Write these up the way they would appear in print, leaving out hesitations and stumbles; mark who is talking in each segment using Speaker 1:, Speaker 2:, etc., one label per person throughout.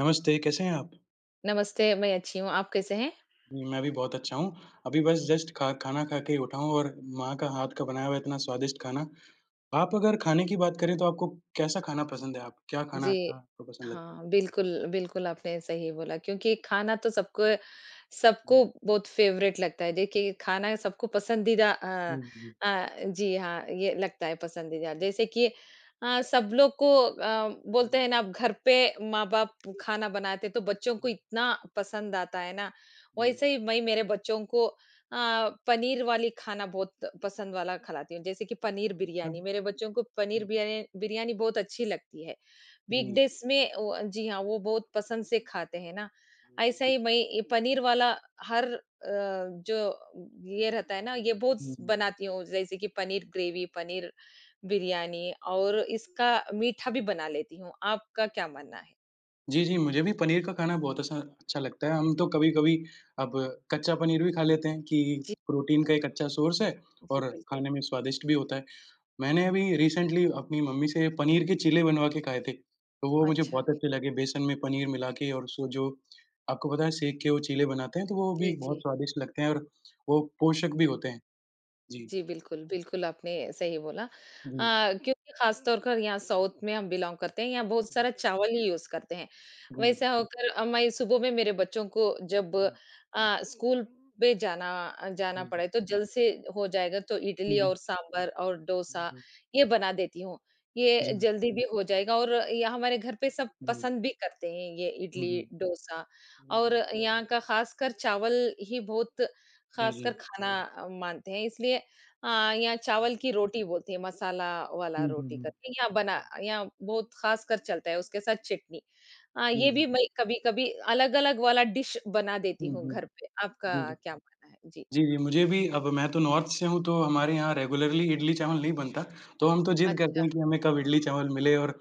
Speaker 1: नमस्ते, कैसे हैं आप?
Speaker 2: नमस्ते, मैं अच्छी हूँ, आप कैसे हैं?
Speaker 1: मैं भी बहुत अच्छा हूँ। अभी बस जस्ट खा खाना खा के ही उठा हूँ और माँ का हाथ का बनाया हुआ इतना स्वादिष्ट खाना। आप अगर खाने की बात करें तो आपको कैसा खाना पसंद है? आप क्या खाना
Speaker 2: जी।
Speaker 1: अच्छा आपको पसंद लगता है?
Speaker 2: हाँ, बिल्कुल, बिल्कुल आपने सही बोला क्योंकि खाना तो सबको
Speaker 1: जी, जी,
Speaker 2: सबको बहुत फ़ेवरेट लगता है। देखिए, खाना सबको
Speaker 1: जी, जी,
Speaker 2: अ, जी हाँ, ये लगता है पसंदीदा। जैसे कि सब लोग को बोलते
Speaker 1: जी,
Speaker 2: हैं ना अब घर पे माँ-बाप खाना बनाते हैं, तो बच्चों को
Speaker 1: जी,
Speaker 2: इतना पसंद आता है ना, वैसे ही मैं मेरे बच्चों को अ, पनीर वाली खाना बहुत पसंद वाला खिलाती हूँ। जैसे कि पनीर
Speaker 1: अच्छा।
Speaker 2: बिरयानी, मेरे बच्चों को पनीर
Speaker 1: जी,
Speaker 2: बिरयानी बहुत अच्छी लगती है।
Speaker 1: जी,
Speaker 2: वीकडेज़ में वो, जी हाँ, वो बहुत पसंद से खाते हैं ना।
Speaker 1: जी,
Speaker 2: ऐसा
Speaker 1: जी,
Speaker 2: ही मैं ये पनीर वाला हर अ, जो ये रहता है ना ये बहुत
Speaker 1: हुँ, हुँ।
Speaker 2: बनाती हूँ, जैसे कि पनीर ग्रेवी, पनीर बिरयानी और इसका मीठा भी बना लेती हूँ। आपका क्या मानना है?
Speaker 1: जी, जी, मुझे भी पनीर का खाना बहुत असा अच्छा लगता है। हम तो कभी-कभी अब कच्चा पनीर भी खा लेते हैं कि
Speaker 2: जी,
Speaker 1: प्रोटीन का एक अच्छा सोर्स है
Speaker 2: जी,
Speaker 1: और
Speaker 2: बिल्कुल।
Speaker 1: खाने में स्वादिष्ट भी होता है। मैंने अभी रिसेंटली अपनी मम्मी से पनीर के चीले बनवा के खाए थे, तो वो मुझे
Speaker 2: अच्छा।
Speaker 1: बहुत अच्छे लगे बेसन में पनीर मिला के और उसको जो आपको पता है सेक के वो चीले बनाते हैं, तो वो
Speaker 2: जी,
Speaker 1: भी बहुत
Speaker 2: जी।
Speaker 1: स्वादिष्ट लगते हैं और वो पोषक भी होते हैं। जी।
Speaker 2: जी, बिल्कुल, बिल्कुल आपने सही बोला।
Speaker 1: जी।
Speaker 2: क्योंकि ख़ास तौर पर यहाँ साउथ में हम बिलॉन्ग करते हैं, यहाँ बहुत सारा चावल ही यूज़ करते हैं।
Speaker 1: जी,
Speaker 2: वैसा होकर मैं सुबह में मेरे बच्चों को जब
Speaker 1: जी,
Speaker 2: स्कूल पे जाना जाना
Speaker 1: जी, जी।
Speaker 2: पड़े तो जल्द से हो जाएगा, तो
Speaker 1: हुँ,
Speaker 2: इडली और
Speaker 1: हुँ।
Speaker 2: सांभर और
Speaker 1: हुँ,
Speaker 2: डोसा
Speaker 1: हुँ।
Speaker 2: ये बना देती हूँ।
Speaker 1: जी,
Speaker 2: ये जल्दी भी हो जाएगा और ये हमारे घर पे सब
Speaker 1: जी।
Speaker 2: पसंद भी करते हैं ये
Speaker 1: हुँ,
Speaker 2: इडली,
Speaker 1: हुँ।
Speaker 2: डोसा और यहाँ का ख़ासकर चावल ही बहुत
Speaker 1: जी, जी।
Speaker 2: ख़ासकर खाना मानते हैं। इसलिए हाँ, यहाँ
Speaker 1: जी,
Speaker 2: चावल
Speaker 1: जी।
Speaker 2: की रोटी बोलते हैं, मसाला वाला
Speaker 1: हुँ, हुँ,
Speaker 2: रोटी
Speaker 1: हुँ।
Speaker 2: करके यहाँ बहुत खासकर चलता है, उसके साथ चटनी। हाँ,
Speaker 1: जी,
Speaker 2: ये भी
Speaker 1: जी।
Speaker 2: मैं कभी-कभी अलग-अलग वाला डिश बना देती
Speaker 1: हुँ,
Speaker 2: हूँ
Speaker 1: हुँ।
Speaker 2: घर पे। आपका
Speaker 1: जी, जी।
Speaker 2: क्या मानना है? जी,
Speaker 1: जी, जी, मुझे भी अब मैं तो नॉर्थ से हूँ, तो हमारे यहाँ रेगुलरली इडली-चावल नहीं बनता, तो हम तो जिद करते
Speaker 2: अच्छा।
Speaker 1: हैं कि हमें कब इडली-चावल मिले और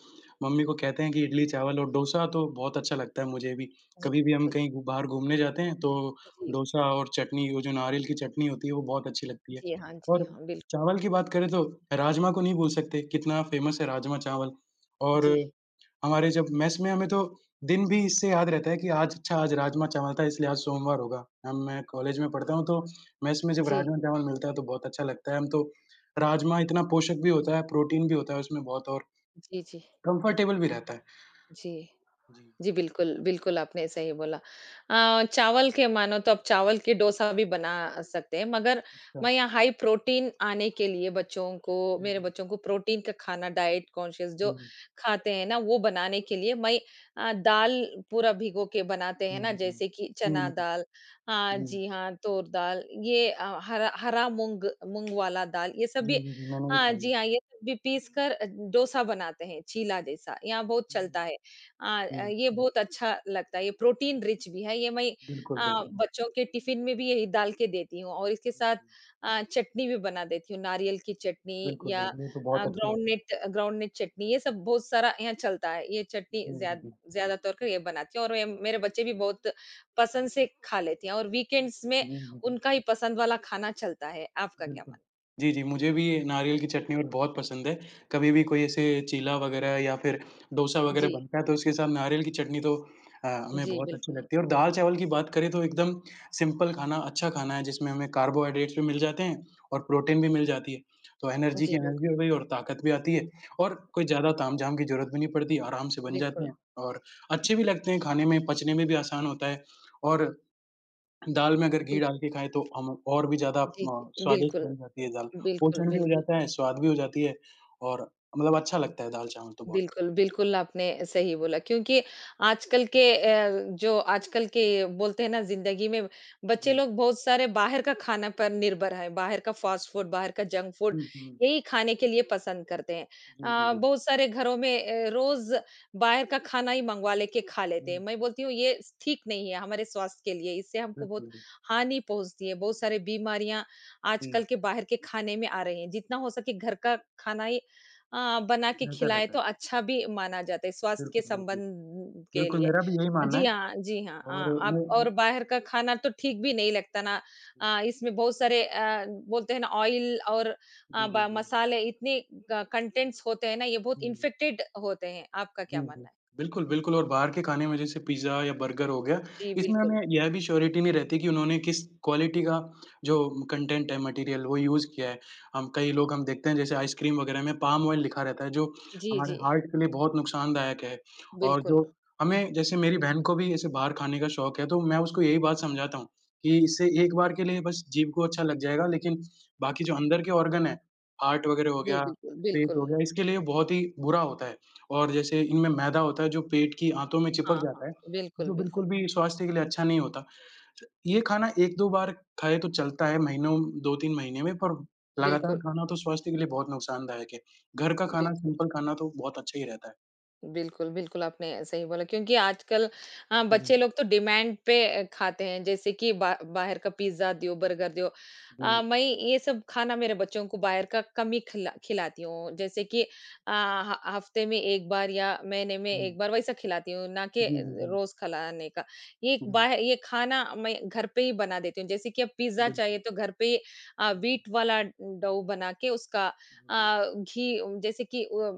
Speaker 1: मम्मी को कहते हैं कि इडली-चावल और डोसा तो बहुत अच्छा लगता है मुझे भी।
Speaker 2: जी,
Speaker 1: कभी भी हम
Speaker 2: बिल्कुल।
Speaker 1: कहीं घू बाहर घूमने जाते हैं, तो
Speaker 2: जी,
Speaker 1: डोसा और चटनी, वो जो नारियल की चटनी होती है, वो बहुत अच्छी लगती है।
Speaker 2: जी हाँ, जी
Speaker 1: और
Speaker 2: हाँ, बिल्कुल।
Speaker 1: चावल की बात करें तो राजमा को नहीं भूल सकते, कितना फ़ेमस है राजमा-चावल और
Speaker 2: जी,
Speaker 1: हमारे जब मेस में हमें तो दिन भी इससे याद रहता है कि आज अच्छा आज राजमा-चावल था इसलिए आज सोमवार होगा। हम मैं कॉलेज में पढ़ता हूँ तो मेस में जब
Speaker 2: जी,
Speaker 1: राजमा-चावल मिलता है तो बहुत अच्छा लगता है। हम तो राजमा इतना पोषक भी होता है, प्रोटीन भी होता है उसमें बहुत और
Speaker 2: जी, जी,
Speaker 1: कंफर्टेबल भी रहता है।
Speaker 2: जी।
Speaker 1: जी।
Speaker 2: जी, बिल्कुल, बिल्कुल, आपने सही बोला। चावल के मानो तो अब चावल के डोसा भी बना सकते हैं, मगर
Speaker 1: अच्छा।
Speaker 2: मैं यहाँ हाई प्रोटीन आने के लिए बच्चों को
Speaker 1: जी,
Speaker 2: मेरे
Speaker 1: जी।
Speaker 2: बच्चों को प्रोटीन का खाना डाइट कॉन्शियस जो
Speaker 1: जी,
Speaker 2: खाते हैं ना, वो बनाने के लिए मैं दाल पूरा भिगो के बनाते
Speaker 1: जी,
Speaker 2: हैं ना,
Speaker 1: जी, जी।
Speaker 2: जैसे कि
Speaker 1: जी,
Speaker 2: चना
Speaker 1: जी,
Speaker 2: दाल, हाँ
Speaker 1: जी।
Speaker 2: जी, हाँ, तूर दाल, ये हरा हरा मूँग मूँग वाला दाल, ये सब
Speaker 1: जी,
Speaker 2: भी,
Speaker 1: जी, जी, मैंने भी
Speaker 2: हाँ
Speaker 1: खाई है।
Speaker 2: जी, हाँ, ये सब भी पीस कर डोसा बनाते हैं, चीला जैसा, यहाँ बहुत चलता है। अ
Speaker 1: हुँ, जी,
Speaker 2: ये बहुत अच्छा लगता है, ये प्रोटीन रिच भी है, ये मैं
Speaker 1: बिल्कुल, बिल्कुल।
Speaker 2: बच्चों के टिफ़िन में भी यही डाल के देती हूँ और इसके
Speaker 1: जी,
Speaker 2: साथ
Speaker 1: जी।
Speaker 2: चटनी भी बना देती हूँ, नारियल की चटनी
Speaker 1: बिल्कुल,
Speaker 2: या
Speaker 1: बिल्कुल, ये तो बहुत अच्छी होती है।
Speaker 2: ग्राउंडनट ग्राउंडनट चटनी, ये सब बहुत सारा यहाँ चलता है, ये चटनी
Speaker 1: जी, जी, जी।
Speaker 2: ज़्यादा तौर पे ये बनाती हूँ और ये मेरे बच्चे भी बहुत पसंद से खा लेते हैं और वीकेंड्स में
Speaker 1: जी, जी, जी।
Speaker 2: उनका ही पसंद वाला खाना चलता है, आपका क्या
Speaker 1: बिल्कुल।
Speaker 2: मानना
Speaker 1: जी, जी, मुझे भी ये नारियल की
Speaker 2: है?
Speaker 1: चटनी और बहुत पसंद है। कभी भी कोई ऐसे चीला वगैरह या फिर डोसा वगैरह
Speaker 2: जी,
Speaker 1: बनता है, तो उसके साथ नारियल की चटनी तो हमें
Speaker 2: जी,
Speaker 1: बहुत अच्छी
Speaker 2: बिल्कुल।
Speaker 1: लगती है और दाल-चावल की बात करें तो एकदम सिंपल खाना अच्छा खाना है, जिसमें हमें कार्बोहाइड्रेट्स भी मिल जाते हैं और प्रोटीन भी मिल जाती है। तो एनर्जी की
Speaker 2: जी,
Speaker 1: एनर्जी
Speaker 2: बिल्कुल,
Speaker 1: हो गई और ताकत भी आती है और कोई ज़्यादा ताम-झाम की ज़रूरत भी नहीं पड़ती, आराम से बन जाते
Speaker 2: बिल्कुल,
Speaker 1: हैं और अच्छे भी लगते हैं खाने में, पचने में भी आसान होता है और दाल में अगर घी डाल
Speaker 2: बिल्कुल।
Speaker 1: के खाएँ तो हम और भी ज़्यादा
Speaker 2: जी,
Speaker 1: म
Speaker 2: जी,
Speaker 1: स्वादिष्ट
Speaker 2: बिल्कुल,
Speaker 1: बन जाती है दाल।
Speaker 2: बिल्कुल,
Speaker 1: पोषण भी हो
Speaker 2: बिल्कुल।
Speaker 1: जाता है, स्वाद भी हो जाती है और मतलब अच्छा लगता है दाल-चावल तो बहुत।
Speaker 2: बिल्कुल, बिल्कुल आपने सही बोला क्योंकि जो आजकल के बोलते हैं ना ज़िंदगी में बच्चे
Speaker 1: जी।
Speaker 2: लोग बहुत सारे बाहर का खाना पर निर्भर है, बाहर का
Speaker 1: हुँ।
Speaker 2: फ़ास्ट फ़ूड, बाहर का जंक फ़ूड
Speaker 1: हुँ, हुँ।
Speaker 2: यही खाने के लिए पसंद करते हैं।
Speaker 1: जी, जी, जी।
Speaker 2: बहुत सारे घरों में रोज़ बाहर का खाना ही मंगवा लेके खा लेते हैं।
Speaker 1: हुँ,
Speaker 2: मैं बोलती हूँ ये ठीक नहीं है हमारे स्वास्थ्य के लिए, इससे हमको बहुत
Speaker 1: बिल्कुल, बिल्कुल।
Speaker 2: हानि पहुँचती है, बहुत सारी बीमारियाँ
Speaker 1: जी,
Speaker 2: आजकल के बाहर के खाने में आ रही हैं। जितना हो सके घर का खाना ही बना के
Speaker 1: बेहतर
Speaker 2: खिलाएँ
Speaker 1: रहता
Speaker 2: तो
Speaker 1: है।
Speaker 2: अच्छा भी माना जाता है स्वास्थ्य के
Speaker 1: बिल्कुल, बिल्कुल।
Speaker 2: संबंध के
Speaker 1: बिल्कुल,
Speaker 2: लिए।
Speaker 1: मेरा भी यही मानना
Speaker 2: जी
Speaker 1: है
Speaker 2: हाँ, जी हाँ।
Speaker 1: और
Speaker 2: आप
Speaker 1: मैं
Speaker 2: और बाहर का खाना तो ठीक भी नहीं लगता ना।
Speaker 1: जी,
Speaker 2: इसमें बहुत सारे बोलते हैं ना ऑयल और अ,
Speaker 1: जी, जी।
Speaker 2: ब मसाले इतने क कंटेंट्स होते हैं ना, ये बहुत
Speaker 1: हुँ।
Speaker 2: इन्फेक्टेड होते हैं। आपका क्या
Speaker 1: जी, जी।
Speaker 2: मानना है?
Speaker 1: बिल्कुल, बिल्कुल और बाहर के खाने में जैसे पिज़्ज़ा या बर्गर हो गया,
Speaker 2: जी,
Speaker 1: इसमें
Speaker 2: बिल्कुल।
Speaker 1: हमें यह भी श्योरिटी नहीं रहती कि उन्होंने किस क्वालिटी का जो कंटेंट है मटेरियल वो यूज़ किया है। हम कई लोग हम देखते हैं जैसे आइसक्रीम वगैरह में पाम ऑयल लिखा रहता है जो
Speaker 2: जी,
Speaker 1: हमारे
Speaker 2: जी।
Speaker 1: हार्ट के लिए बहुत नुकसानदायक है। और
Speaker 2: बिल्कुल।
Speaker 1: जो हमें जैसे मेरी बहन को भी ऐसे बाहर खाने का शौक है तो मैं उसको यही बात समझाता हूँ कि इससे एक बार के लिए बस जीभ को अच्छा लग जाएगा लेकिन बाकी जो अंदर के ऑर्गन है, हार्ट वगैरह हो
Speaker 2: जी,
Speaker 1: गया,
Speaker 2: बिल्कुल,
Speaker 1: पेट हो
Speaker 2: बिल्कुल।
Speaker 1: गया, इसके लिए बहुत ही बुरा होता है। और जैसे इनमें मैदा होता है जो पेट की आंतों में चिपक
Speaker 2: हाँ, हाँ।
Speaker 1: जाता है,
Speaker 2: बिल्कुल,
Speaker 1: जो
Speaker 2: बिल्कुल।
Speaker 1: बिल्कुल भी स्वास्थ्य के लिए अच्छा नहीं होता। तो ये खाना 1-2 बार खाए तो चलता है महीनों 2-3 महीने में पर लगातार
Speaker 2: बिल्कुल,
Speaker 1: खाना तो स्वास्थ्य के लिए बहुत नुकसानदायक है। घर का खाना,
Speaker 2: बिल्कुल।
Speaker 1: सिंपल खाना तो बहुत अच्छा ही रहता है।
Speaker 2: बिल्कुल, बिल्कुल, आपने सही बोला क्योंकि आजकल हाँ,
Speaker 1: जी,
Speaker 2: बच्चे लोग तो डिमांड पे खाते हैं जैसे कि बा बाहर का पिज़्ज़ा दो, बर्गर दो।
Speaker 1: जी।
Speaker 2: मैं ये सब खाना मेरे बच्चों को बाहर का कम ही खिलाती हूँ। जैसे कि अ, ह हफ्ते में 1 बार या महीने में
Speaker 1: हुँ।
Speaker 2: 1 बार वैसा खिलाती हूँ, ना कि
Speaker 1: जी, जी, जी।
Speaker 2: रोज़ खिलाने का।
Speaker 1: जी,
Speaker 2: ये खाना मैं घर पे ही बना देती हूँ। जैसे कि अब पिज़्ज़ा
Speaker 1: बिल्कुल।
Speaker 2: चाहिए तो घर पे ही
Speaker 1: जी, जी।
Speaker 2: व्हीट वाला डो बना के उसका
Speaker 1: जी, जी।
Speaker 2: अ, घी उम, जैसे कि अ,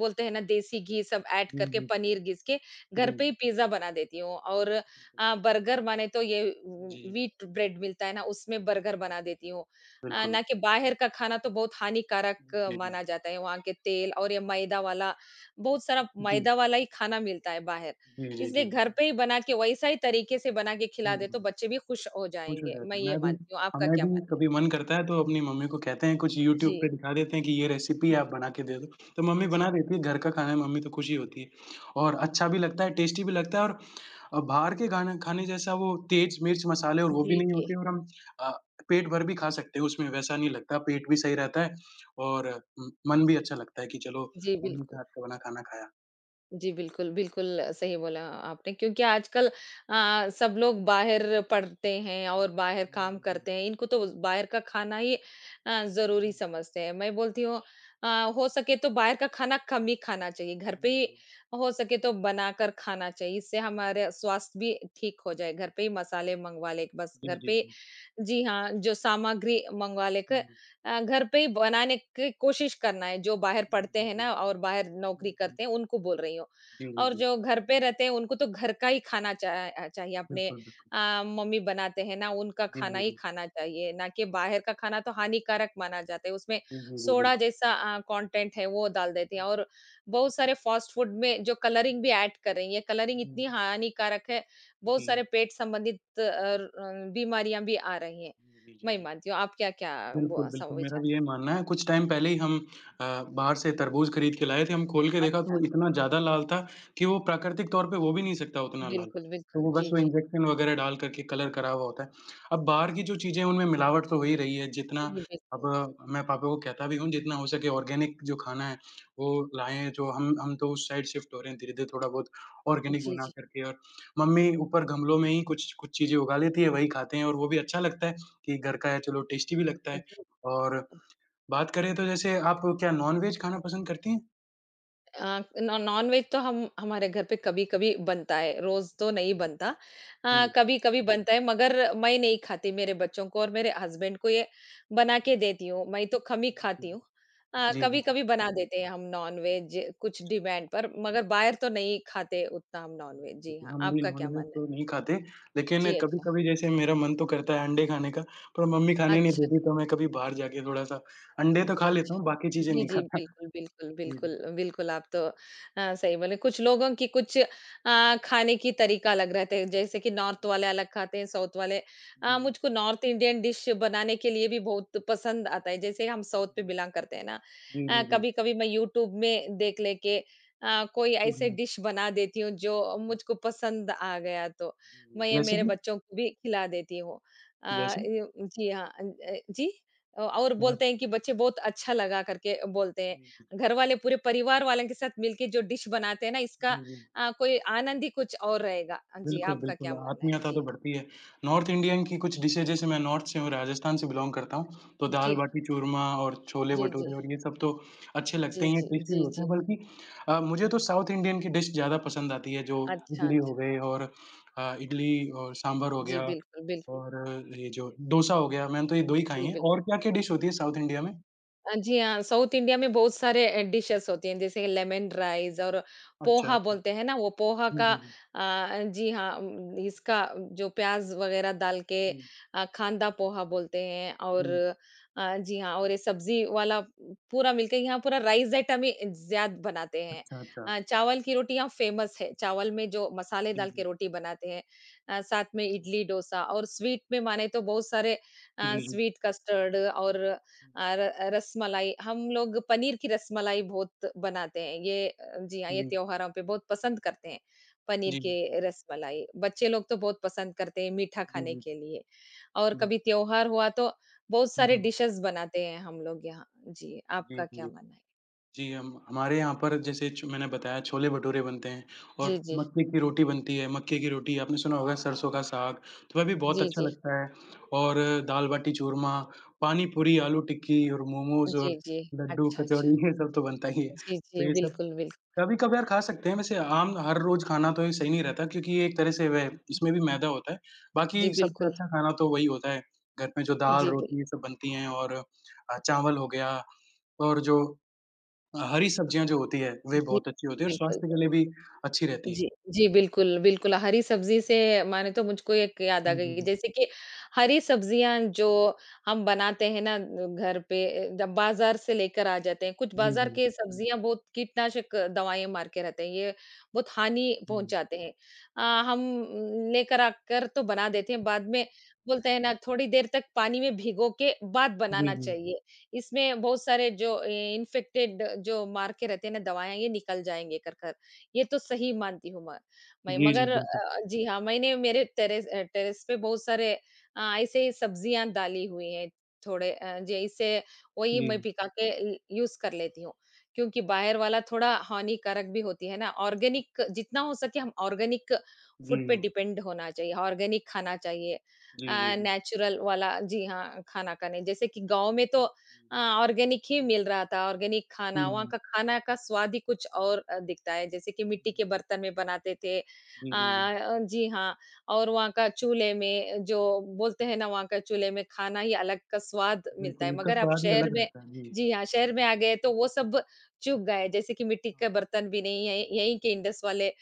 Speaker 2: बोलते हैं ना, देसी घी सब ऐड
Speaker 1: जी,
Speaker 2: करके,
Speaker 1: जी।
Speaker 2: पनीर घिस के, घर पे
Speaker 1: जी।
Speaker 2: ही पिज़्ज़ा बना देती हूँ और बर्गर बने तो ये व्हीट ब्रेड मिलता है ना, उसमें बर्गर बना देती हूँ।
Speaker 1: बिल्कुल।
Speaker 2: ना कि बाहर का खाना तो बहुत
Speaker 1: जी।
Speaker 2: हानिकारक
Speaker 1: जी, बिल्कुल। जी, जी।
Speaker 2: माना जाता है, वहाँ के तेल और ये मैदा वाला, बहुत सारा
Speaker 1: जी।
Speaker 2: मैदा वाला ही खाना मिलता है बाहर।
Speaker 1: जी, जी,
Speaker 2: इसलिए
Speaker 1: जी।
Speaker 2: घर पे ही बना के वैसा ही तरीके से बना के
Speaker 1: जी,
Speaker 2: खिला दे तो
Speaker 1: जी।
Speaker 2: बच्चे भी खुश हो
Speaker 1: खुश हो
Speaker 2: जाएँगे, मैं
Speaker 1: जाते हैं।
Speaker 2: ये
Speaker 1: मैं भी
Speaker 2: मानती हूँ। आपका
Speaker 1: हमें
Speaker 2: क्या
Speaker 1: भी
Speaker 2: मानना है?
Speaker 1: कभी मन करता है तो अपनी मम्मी को कहते हैं कुछ यूट्यूब
Speaker 2: जी,
Speaker 1: पे दिखा देते हैं कि ये रेसिपी
Speaker 2: जी,
Speaker 1: आप बना के दे दो। तो मम्मी
Speaker 2: जी, जी।
Speaker 1: बना देती है, घर का खाना है, मम्मी तो खुश ही होती है और अच्छा भी लगता है, टेस्टी भी लगता है और बाहर के खाना खाने जैसा वो तेज मिर्च मसाले और वो भी नहीं
Speaker 2: जी,
Speaker 1: होते और हम अ, पेट भर भी खा सकते हैं उसमें वैसा नहीं लगता, पेट भी सही रहता है और मन भी अच्छा लगता है कि चलो
Speaker 2: जी,
Speaker 1: मम्मी के
Speaker 2: बिल्कुल।
Speaker 1: हाथ का बना खाना खाया।
Speaker 2: जी, बिल्कुल, बिल्कुल सही बोला आपने क्योंकि आजकल सब लोग बाहर पढ़ते हैं और बाहर
Speaker 1: हुँ,
Speaker 2: काम
Speaker 1: जी, जी।
Speaker 2: करते हैं। इनको तो बाहर का खाना ही ज़रूरी समझते हैं। मैं बोलती हूँ अ, हो सके तो बाहर का खाना कम ही खाना चाहिए। घर पे ही हो सके तो बनाकर खाना चाहिए। इससे
Speaker 1: हुँ,
Speaker 2: हमारा स्वास्थ्य भी ठीक हो जाए। घर पे ही मसाले मँगवा ले, बस
Speaker 1: जी,
Speaker 2: घर
Speaker 1: जी,
Speaker 2: पे,
Speaker 1: हुँ।
Speaker 2: जी हाँ, जो सामग्री मँगवा लेकर घर पे ही बनाने की कोशिश करना है, जो बाहर
Speaker 1: जी,
Speaker 2: पढ़ते
Speaker 1: जी,
Speaker 2: हैं
Speaker 1: जी।
Speaker 2: ना
Speaker 1: हुँ,
Speaker 2: और बाहर नौकरी
Speaker 1: हुँ, जी, जी। हुँ, हुँ।
Speaker 2: करते हैं, उनको बोल रही हूँ।
Speaker 1: जी, जी,
Speaker 2: और
Speaker 1: जी।
Speaker 2: जो घर पे रहते हैं, उनको तो घर का ही खाना चाहिए, अपने
Speaker 1: बिल्कुल, बिल्कुल।
Speaker 2: मम्मी बनाते हैं ना, उनका
Speaker 1: जी,
Speaker 2: खाना
Speaker 1: जी,
Speaker 2: ही
Speaker 1: जी।
Speaker 2: खाना चाहिए, ना कि बाहर का खाना तो हानिकारक माना जाता है, उसमें
Speaker 1: जी, जी, जी,
Speaker 2: सोडा
Speaker 1: बिल्कुल।
Speaker 2: जैसा कंटेंट है, वो डाल देते हैं और बहुत सारे फास्ट फूड में जो कलरिंग भी ऐड कर रही है, कलरिंग इतनी
Speaker 1: जी,
Speaker 2: हानिकारक है,
Speaker 1: जी,
Speaker 2: बहुत
Speaker 1: जी, जी,
Speaker 2: सारे पेट संबंधित बीमारियाँ भी आ रही हैं।
Speaker 1: जी, जी, जी,
Speaker 2: मैं
Speaker 1: जी।
Speaker 2: मानती हूँ, आपका क्या क्या वो
Speaker 1: बिल्कुल,
Speaker 2: स
Speaker 1: बिल्कुल, मेरा
Speaker 2: विचार
Speaker 1: भी
Speaker 2: है?
Speaker 1: यही मानना है। कुछ टाइम पहले ही हम बाहर से तरबूज खरीद के लाए थे। हम खोल के देखा तो
Speaker 2: अच्छा,
Speaker 1: वो इतना ज़्यादा लाल था कि वो प्राकृतिक तौर पे हो भी नहीं सकता उतना लाल।
Speaker 2: बिल्कुल,
Speaker 1: तो
Speaker 2: बिल्कुल।
Speaker 1: वो बस
Speaker 2: जी,
Speaker 1: वो
Speaker 2: जी।
Speaker 1: इंजेक्शन वगैरह डाल कर के कलर करा हुआ होता है। अब बाहर की जो चीज़ें हैं, उनमें मिलावट तो हो ही रही है। जितना
Speaker 2: जी,
Speaker 1: अब
Speaker 2: बिल्कुल।
Speaker 1: मैं पापा को कहता भी हूँ, जितना हो सके ऑर्गेनिक जो खाना है, वो लाएँ जो हम तो उस साइड शिफ्ट हो रहे हैं धीरे-धीरे थोड़ा बहुत ऑर्गेनिक
Speaker 2: जी,
Speaker 1: बना
Speaker 2: जी।
Speaker 1: कर के और मम्मी ऊपर गमलों में ही कुछ कुछ चीज़ें उगा लेती है, वही खाते हैं और वो भी अच्छा लगता है। कि घर का है चलो टेस्टी भी लगता है
Speaker 2: जी।
Speaker 1: और बात करें तो जैसे आप क्या नॉन-वेज खाना पसंद करती हैं?
Speaker 2: अ, नॉ नॉन-वेज तो हम हमारे घर पे कभी-कभी बनता है, रोज़ तो नहीं बनता।
Speaker 1: जी,
Speaker 2: कभी-कभी बनता है, मगर मैं नहीं खाती, मेरे बच्चों को और मेरे हस्बैंड को ये बना के देती हूँ, मैं तो कम ही
Speaker 1: जी, जी, जी।
Speaker 2: खाती हूँ।
Speaker 1: जी, जी, जी।
Speaker 2: कभी-कभी बना देते हैं हम नॉन-वेज कुछ
Speaker 1: अच्छा।
Speaker 2: डिमांड पर, मगर बाहर तो नहीं खाते उतना हम
Speaker 1: जी,
Speaker 2: नॉन-वेज।
Speaker 1: जी,
Speaker 2: जी
Speaker 1: जी।
Speaker 2: हाँ,
Speaker 1: हम भी
Speaker 2: आपका क्या
Speaker 1: नॉन-वेज
Speaker 2: मानना है?
Speaker 1: तो नहीं खाते, लेकिन
Speaker 2: जी, अच्छा।
Speaker 1: कभी-कभी जैसे मेरा मन तो करता है अंडे खाने का, पर मम्मी खाने नहीं
Speaker 2: अच्छा।
Speaker 1: देती तो मैं कभी बाहर जाके थोड़ा-सा अंडे तो
Speaker 2: ओके,
Speaker 1: खा लेता
Speaker 2: अच्छा।
Speaker 1: हूँ, बाकी चीज़ें
Speaker 2: जी,
Speaker 1: नहीं
Speaker 2: जी,
Speaker 1: खाता।
Speaker 2: बिल्कुल, बिल्कुल,
Speaker 1: जी,
Speaker 2: बिल्कुल,
Speaker 1: जी,
Speaker 2: बिल्कुल, आप तो सही बोले। कुछ लोगों की कुछ खाने की तरीका अलग रहते हैं, जैसे कि नॉर्थ वाले अलग खाते हैं, साउथ वाले
Speaker 1: जी, जी,
Speaker 2: मुझको नॉर्थ इंडियन डिश बनाने के लिए भी बहुत पसंद आता है, जैसे हम साउथ पे
Speaker 1: जी, जी,
Speaker 2: बिलॉन्ग करते हैं ना,
Speaker 1: जी, जी, जी, जी,
Speaker 2: कभी-कभी मैं यूट्यूब में देख लेके कोई
Speaker 1: जी, जी,
Speaker 2: ऐसे
Speaker 1: जी।
Speaker 2: डिश बना देती हूँ, जो मुझको पसंद आ गया, तो मैं ये
Speaker 1: जैसे
Speaker 2: मेरे
Speaker 1: कि?
Speaker 2: बच्चों को भी खिला देती हूँ। अ,
Speaker 1: जैसे?
Speaker 2: इ जी हाँ, जी? और
Speaker 1: मतलब
Speaker 2: बोलते हैं कि बच्चे बहुत अच्छा लगा करके बोलते
Speaker 1: जी, जी,
Speaker 2: हैं। घर वाले पूरे परिवार वालों के साथ मिलके जो डिश बनाते हैं ना, इसका
Speaker 1: जी, जी।
Speaker 2: कोई आनंद ही कुछ और रहेगा। जी,
Speaker 1: बिल्कुल,
Speaker 2: आपका
Speaker 1: बिल्कुल,
Speaker 2: क्या मानना है?
Speaker 1: आत्मीयता तो
Speaker 2: जी।
Speaker 1: बढ़ती है। नॉर्थ इंडियन की कुछ डिशेज़ जैसे मैं नॉर्थ से हूँ, राजस्थान से बिलॉन्ग करता हूँ, तो
Speaker 2: जी,
Speaker 1: दाल-बाटी चूरमा और
Speaker 2: जी, जी।
Speaker 1: छोले-भटूरे और ये सब तो अच्छे
Speaker 2: जी,
Speaker 1: लगते ही हैं,
Speaker 2: जी,
Speaker 1: टेस्टी भी
Speaker 2: जी,
Speaker 1: होते
Speaker 2: जी।
Speaker 1: हैं। बल्कि मुझे तो साउथ इंडियन की डिश ज़्यादा पसंद आती है, जो
Speaker 2: अच्छा,
Speaker 1: इडली हो
Speaker 2: अच्छा।
Speaker 1: गई और इडली और सांभर हो
Speaker 2: जी,
Speaker 1: गया
Speaker 2: बिल्कुल, बिल्कुल।
Speaker 1: और ये जो डोसा हो गया, मैंने तो ये 2 ही खाई
Speaker 2: जी,
Speaker 1: हैं।
Speaker 2: बिल्कुल।
Speaker 1: और क्या-क्या डिश होती है साउथ इंडिया में?
Speaker 2: जी हाँ, साउथ इंडिया में बहुत सारे डिशेज़ होती हैं, जैसे लेमन राइस और
Speaker 1: अच्छा,
Speaker 2: पोहा
Speaker 1: अच्छा।
Speaker 2: बोलते हैं ना, वो पोहा
Speaker 1: जी,
Speaker 2: का
Speaker 1: जी, जी।
Speaker 2: जी हाँ, इसका जो प्याज़ वग़ैरह डाल के
Speaker 1: हुँ, हुँ।
Speaker 2: कांदा पोहा बोलते हैं और जी हाँ, और ये सब्ज़ी वाला पूरा मिलके, यहाँ पूरा राइस आइटम ही ज़्यादा बनाते हैं।
Speaker 1: अच्छा, अच्छा।
Speaker 2: चावल की रोटी यहाँ फ़ेमस है, चावल में जो मसाले
Speaker 1: जी,
Speaker 2: डाल के
Speaker 1: जी,
Speaker 2: रोटी बनाते हैं। साथ में
Speaker 1: जी।
Speaker 2: इडली, डोसा और स्वीट में माने तो बहुत सारे
Speaker 1: जी, जी।
Speaker 2: स्वीट कस्टर्ड और अ, र रसमलाई, हम लोग पनीर की रसमलाई बहुत बनाते हैं। ये जी हाँ, ये
Speaker 1: जी, जी।
Speaker 2: त्योहारों पे बहुत पसंद करते हैं, पनीर
Speaker 1: जी,
Speaker 2: के रसमलाई। बच्चे लोग तो बहुत पसंद करते हैं मीठा
Speaker 1: जी।
Speaker 2: खाने
Speaker 1: जी
Speaker 2: के लिए और
Speaker 1: बिल
Speaker 2: कभी त्योहार हुआ तो बहुत सारे
Speaker 1: हुँ।
Speaker 2: डिशेज़ बनाते हैं हम लोग यहाँ। जी,
Speaker 1: जी,
Speaker 2: आपका क्या
Speaker 1: जी।
Speaker 2: मानना है?
Speaker 1: जी, हम हमारे यहाँ पर जैसे च मैंने बताया छोले-भटूरे बनते हैं और
Speaker 2: जी, जी।
Speaker 1: मक्के की रोटी बनती है। मक्के की रोटी आपने सुना होगा सरसों का साग, तो वह भी बहुत
Speaker 2: जी,
Speaker 1: अच्छा
Speaker 2: जी।
Speaker 1: लगता है और दाल-बाटी चूरमा, पानी-पूरी, आलू टिक्की और मोमोज़
Speaker 2: जी,
Speaker 1: और
Speaker 2: जी।
Speaker 1: लड्डू,
Speaker 2: अच्छा, अच्छा।
Speaker 1: कचौड़ी ये सब तो बनता ही है।
Speaker 2: जी,
Speaker 1: तो
Speaker 2: जी।
Speaker 1: ये सब
Speaker 2: बिल्कुल, बिल्कुल।
Speaker 1: कभी कभार खा सकते हैं, वैसे आम हर रोज़ खाना तो ये सही नहीं रहता क्योंकि ये एक तरह से वह इसमें भी मैदा होता है।
Speaker 2: जी,
Speaker 1: बाकी सबसे
Speaker 2: बिल्कुल।
Speaker 1: अच्छा खाना तो वही होता है, घर में जो
Speaker 2: जी,
Speaker 1: दाल-रोटी ये सब बनती हैं और चावल हो गया और जो हरी सब्जियाँ जो होती है, वे
Speaker 2: जी,
Speaker 1: बहुत अच्छी होती है और स्वास्थ्य के लिए
Speaker 2: बिल्कुल।
Speaker 1: भी अच्छी रहती है।
Speaker 2: जी, जी, बिल्कुल, बिल्कुल, हरी सब्ज़ी से माने तो मुझको एक याद आ गई, जैसे कि हरी सब्ज़ियाँ जो हम बनाते हैं ना घर पे, जब बाज़ार से लेकर आ जाते हैं, कुछ
Speaker 1: जी, जी,
Speaker 2: बाज़ार
Speaker 1: जी।
Speaker 2: के सब्ज़ियाँ बहुत कीटनाशक दवाएँ मार के रहते हैं, ये बहुत हानि पहुँचाते हैं। अ, हम लेकर आकर तो बना देते हैं, बाद में बोलते हैं ना थोड़ी देर तक पानी में भिगो के बाद
Speaker 1: जी, जी, जी।
Speaker 2: बनाना
Speaker 1: जी, जी।
Speaker 2: चाहिए, इसमें बहुत सारे जो ए इन्फेक्टेड जो मार के रहते हैं ना दवाएँ, ये निकल जाएँगे कर कर। ये तो सही मानती हूँ मैं
Speaker 1: जी, जी,
Speaker 2: मगर
Speaker 1: बिल्कुल।
Speaker 2: जी हाँ, मैंने मेरे टेरेस पे बहुत सारे ऐसे ही सब्जियां डाली हुई हैं, जैसे वही
Speaker 1: जी।
Speaker 2: मैं पिका के यूज कर लेती हूँ, क्योंकि बाहर वाला थोड़ा हानिकारक भी होती है ना, ऑर्गेनिक जितना हो सके हम ऑर्गेनिक
Speaker 1: जी,
Speaker 2: फूड
Speaker 1: जी,
Speaker 2: पे
Speaker 1: जी।
Speaker 2: डिपेंड होना चाहिए, ऑर्गेनिक खाना चाहिए,
Speaker 1: जी, जी।
Speaker 2: नेचुरल वाला, जी हाँ, खाना खाने जैसे कि गांव में तो अ, ऑर्गेनिक ही मिल रहा था, ऑर्गेनिक खाना, वहाँ
Speaker 1: हुँ।
Speaker 2: का खाना का स्वाद ही कुछ और दिखता है, जैसे कि मिट्टी के बर्तन में बनाते थे।
Speaker 1: जी, जी, जी।
Speaker 2: जी हाँ, और वहाँ का चूल्हे में जो बोलते हैं ना, वहाँ का चूल्हे में खाना ही अलग का स्वाद मिलता
Speaker 1: बिल्कुल,
Speaker 2: है,
Speaker 1: इनका
Speaker 2: मगर अब
Speaker 1: स्वाद ही
Speaker 2: शहर
Speaker 1: अलग
Speaker 2: में,
Speaker 1: रहता है। जी।
Speaker 2: जी हाँ, शहर में आ गए तो वो सब चूक गए, जैसे कि मिट्टी का
Speaker 1: हाँ।
Speaker 2: बर्तन भी नहीं है, यहीं के इंडस वाले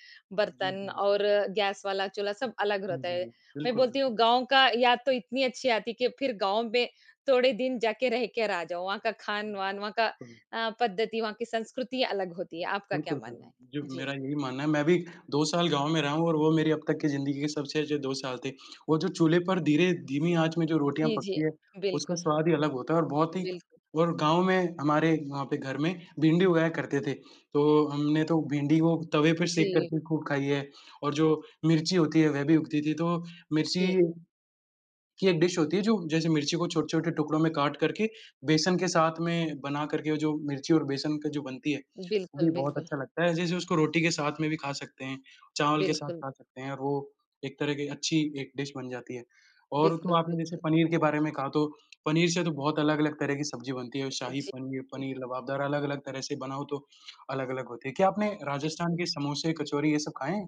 Speaker 1: जी, जी।
Speaker 2: बर्तन
Speaker 1: जी।
Speaker 2: और गैस वाला चूल्हा सब अलग
Speaker 1: जी,
Speaker 2: रहता
Speaker 1: जी,
Speaker 2: है।
Speaker 1: जी।
Speaker 2: मैं
Speaker 1: बिल्कुल,
Speaker 2: बोलती हूँ
Speaker 1: बिल्कुल।
Speaker 2: गाँव का याद तो इतनी अच्छी आती है कि फिर गाँव में थोड़े दिन जाके रह कर आ जाओ, वहाँ का
Speaker 1: हुँ, हुँ,
Speaker 2: खान-वान,
Speaker 1: हुँ।
Speaker 2: वहाँ का
Speaker 1: बिल्कुल।
Speaker 2: पद्धति, वहाँ की संस्कृति अलग होती
Speaker 1: हुँ।
Speaker 2: है। आपका क्या
Speaker 1: बिल्कुल,
Speaker 2: मानना
Speaker 1: बिल्कुल।
Speaker 2: है?
Speaker 1: जी,
Speaker 2: जी।
Speaker 1: मेरा यही मानना है। मैं भी 2 साल गाँव में रहा हूँ और वो मेरी अब तक की ज़िंदगी के सबसे अच्छे 2 साल थे। वो जो चूल्हे पर धीरे धीमी आँच में जो रोटियाँ
Speaker 2: जी, जी।
Speaker 1: पकती है, उसका
Speaker 2: बिल्कुल,
Speaker 1: स्वाद ही अलग होता है और बहुत ही
Speaker 2: बिल्कुल।
Speaker 1: और गाँव में हमारे वहाँ पे घर में भिंडी उगाया करते थे। तो हमने तो भिंडी को तवे पे सेक
Speaker 2: जी,
Speaker 1: करके खूब खाई है और जो मिर्ची होती है वह भी उगती थी। तो मिर्ची
Speaker 2: जी।
Speaker 1: कि एक डिश होती है जो जैसे मिर्ची को छोटे-छोटे टुकड़ों में काट करके बेसन के साथ में बना करके वो जो मिर्ची और बेसन का जो बनती है, वो
Speaker 2: बिल्कुल,
Speaker 1: भी बहुत
Speaker 2: बिल्कुल।
Speaker 1: अच्छा लगता है। जैसे उसको रोटी के साथ में भी खा सकते हैं, चावल के साथ
Speaker 2: बिल्कुल,
Speaker 1: खा सकते हैं और वो एक तरह की अच्छी एक डिश बन जाती है। और तो
Speaker 2: बिल्कुल,
Speaker 1: आपने जैसे
Speaker 2: बिल्कुल।
Speaker 1: पनीर के बारे में कहा तो पनीर से तो बहुत अलग-अलग तरह की सब्ज़ी बनती है, शाही
Speaker 2: जी,
Speaker 1: पनीर, पनीर लबाबदार अलग-अलग तरह से बनाओ तो अलग-अलग होती है। क्या आपने राजस्थान
Speaker 2: बिल्कुल।
Speaker 1: के समोसे, कचौरी ये सब खाए हैं?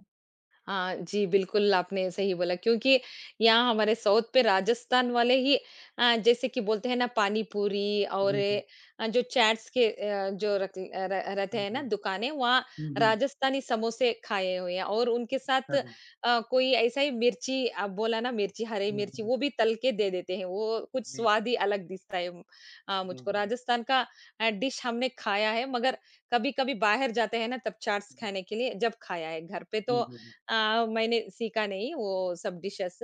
Speaker 2: हाँ, जी, बिल्कुल आपने सही बोला क्योंकि यहाँ हमारे साउथ पे राजस्थान वाले ही जैसे कि बोलते हैं ना पानी पूरी और
Speaker 1: जी, जी।
Speaker 2: जो चैट्स के अ, जो रख अ, र रहते
Speaker 1: जी,
Speaker 2: हैं
Speaker 1: जी।
Speaker 2: ना दुकानें, वहाँ
Speaker 1: हुँ, हुँ।
Speaker 2: राजस्थानी समोसे खाए हुए हैं और उनके साथ
Speaker 1: हाँ जी।
Speaker 2: कोई ऐसा ही मिर्ची आप बोला ना, मिर्ची, हरी
Speaker 1: जी,
Speaker 2: मिर्ची
Speaker 1: जी।
Speaker 2: वो भी तल के दे देते हैं, वो कुछ
Speaker 1: जी,
Speaker 2: स्वाद ही अलग दिखता है,
Speaker 1: जी,
Speaker 2: मुझको
Speaker 1: जी।
Speaker 2: राजस्थान का डिश हमने खाया है, मगर कभी-कभी बाहर जाते हैं ना तब चाट्स
Speaker 1: हुँ,
Speaker 2: खाने के लिए जब खाया है, घर पे तो
Speaker 1: जी, जी, जी।
Speaker 2: मैंने सीखा नहीं वो सब डिशेस।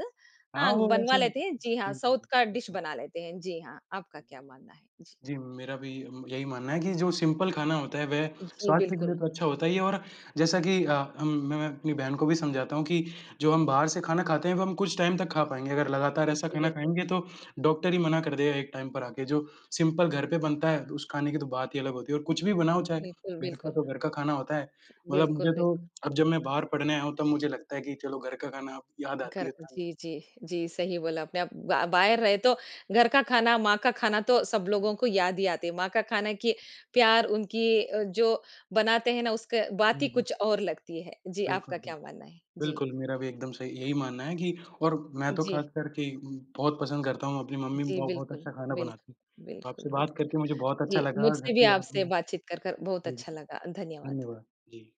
Speaker 1: हाँ,
Speaker 2: हाँ,
Speaker 1: वो
Speaker 2: बनवा
Speaker 1: वैसे जी,
Speaker 2: लेते हैं। जी हाँ,
Speaker 1: जी,
Speaker 2: साउथ
Speaker 1: जी,
Speaker 2: का डिश
Speaker 1: बिल्कुल।
Speaker 2: बना लेते हैं। जी हाँ, आपका क्या मानना है? जी,
Speaker 1: जी, मेरा भी यही मानना है कि जो सिंपल खाना होता है वह
Speaker 2: जी,
Speaker 1: स्वास्थ्य के लिए
Speaker 2: बिल्कुल।
Speaker 1: तो अच्छा होता ही है और जैसा कि हम मैं अपनी बहन को भी समझाता हूँ कि जो हम बाहर से खाना खाते हैं वो हम कुछ टाइम तक खा पाएँगे, अगर लगातार ऐसा
Speaker 2: जी,
Speaker 1: खाना
Speaker 2: बिल्कुल,
Speaker 1: खाएँगे तो डॉक्टर ही मना कर देगा एक टाइम पर आके, जो सिंपल घर पे बनता है उस खाने की तो बात ही अलग होती है और कुछ भी बनाओ चाहे
Speaker 2: बिल्कुल,
Speaker 1: घर का
Speaker 2: बिल्कुल।
Speaker 1: तो घर का खाना होता है। मतलब मुझे
Speaker 2: बिल्कुल,
Speaker 1: तो
Speaker 2: बिल्कुल।
Speaker 1: अब जब मैं बाहर पढ़ने आया हूँ तब मुझे लगता है कि चलो घर का खाना अब याद आती
Speaker 2: घर
Speaker 1: है खाने की।
Speaker 2: जी, जी, जी, सही बोला आपने। आप बा बाहर रहे तो घर का खाना, माँ का खाना तो सब लोगों
Speaker 1: जी,
Speaker 2: को याद ही आती है। माँ का खाना की प्यार उनकी जो बनाते हैं ना उसका बात ही
Speaker 1: जी, जी।
Speaker 2: कुछ और लगती है। जी,
Speaker 1: बिल्कुल,
Speaker 2: आपका क्या
Speaker 1: बिल्कुल।
Speaker 2: मानना है? जी,
Speaker 1: बिल्कुल, मेरा भी एकदम सही यही मानना है कि और मैं तो
Speaker 2: जी,
Speaker 1: ख़ासकर कि बहुत पसंद करता हूँ, अपनी मम्मी
Speaker 2: जी,
Speaker 1: ब बहुत
Speaker 2: बिल्कुल,
Speaker 1: अच्छा खाना बनाती है।
Speaker 2: बिल्कुल, बिल्कुल,
Speaker 1: आपसे बात
Speaker 2: बिल्कुल।
Speaker 1: करके मुझे बहुत
Speaker 2: जी,
Speaker 1: अच्छा लगा,
Speaker 2: मुझसे
Speaker 1: घर
Speaker 2: भी
Speaker 1: की याद
Speaker 2: आपसे
Speaker 1: भी आ
Speaker 2: बातचीत कर बहुत
Speaker 1: जी,
Speaker 2: अच्छा
Speaker 1: जी,
Speaker 2: लगा। धन्यवाद।
Speaker 1: धन्यवाद। जी।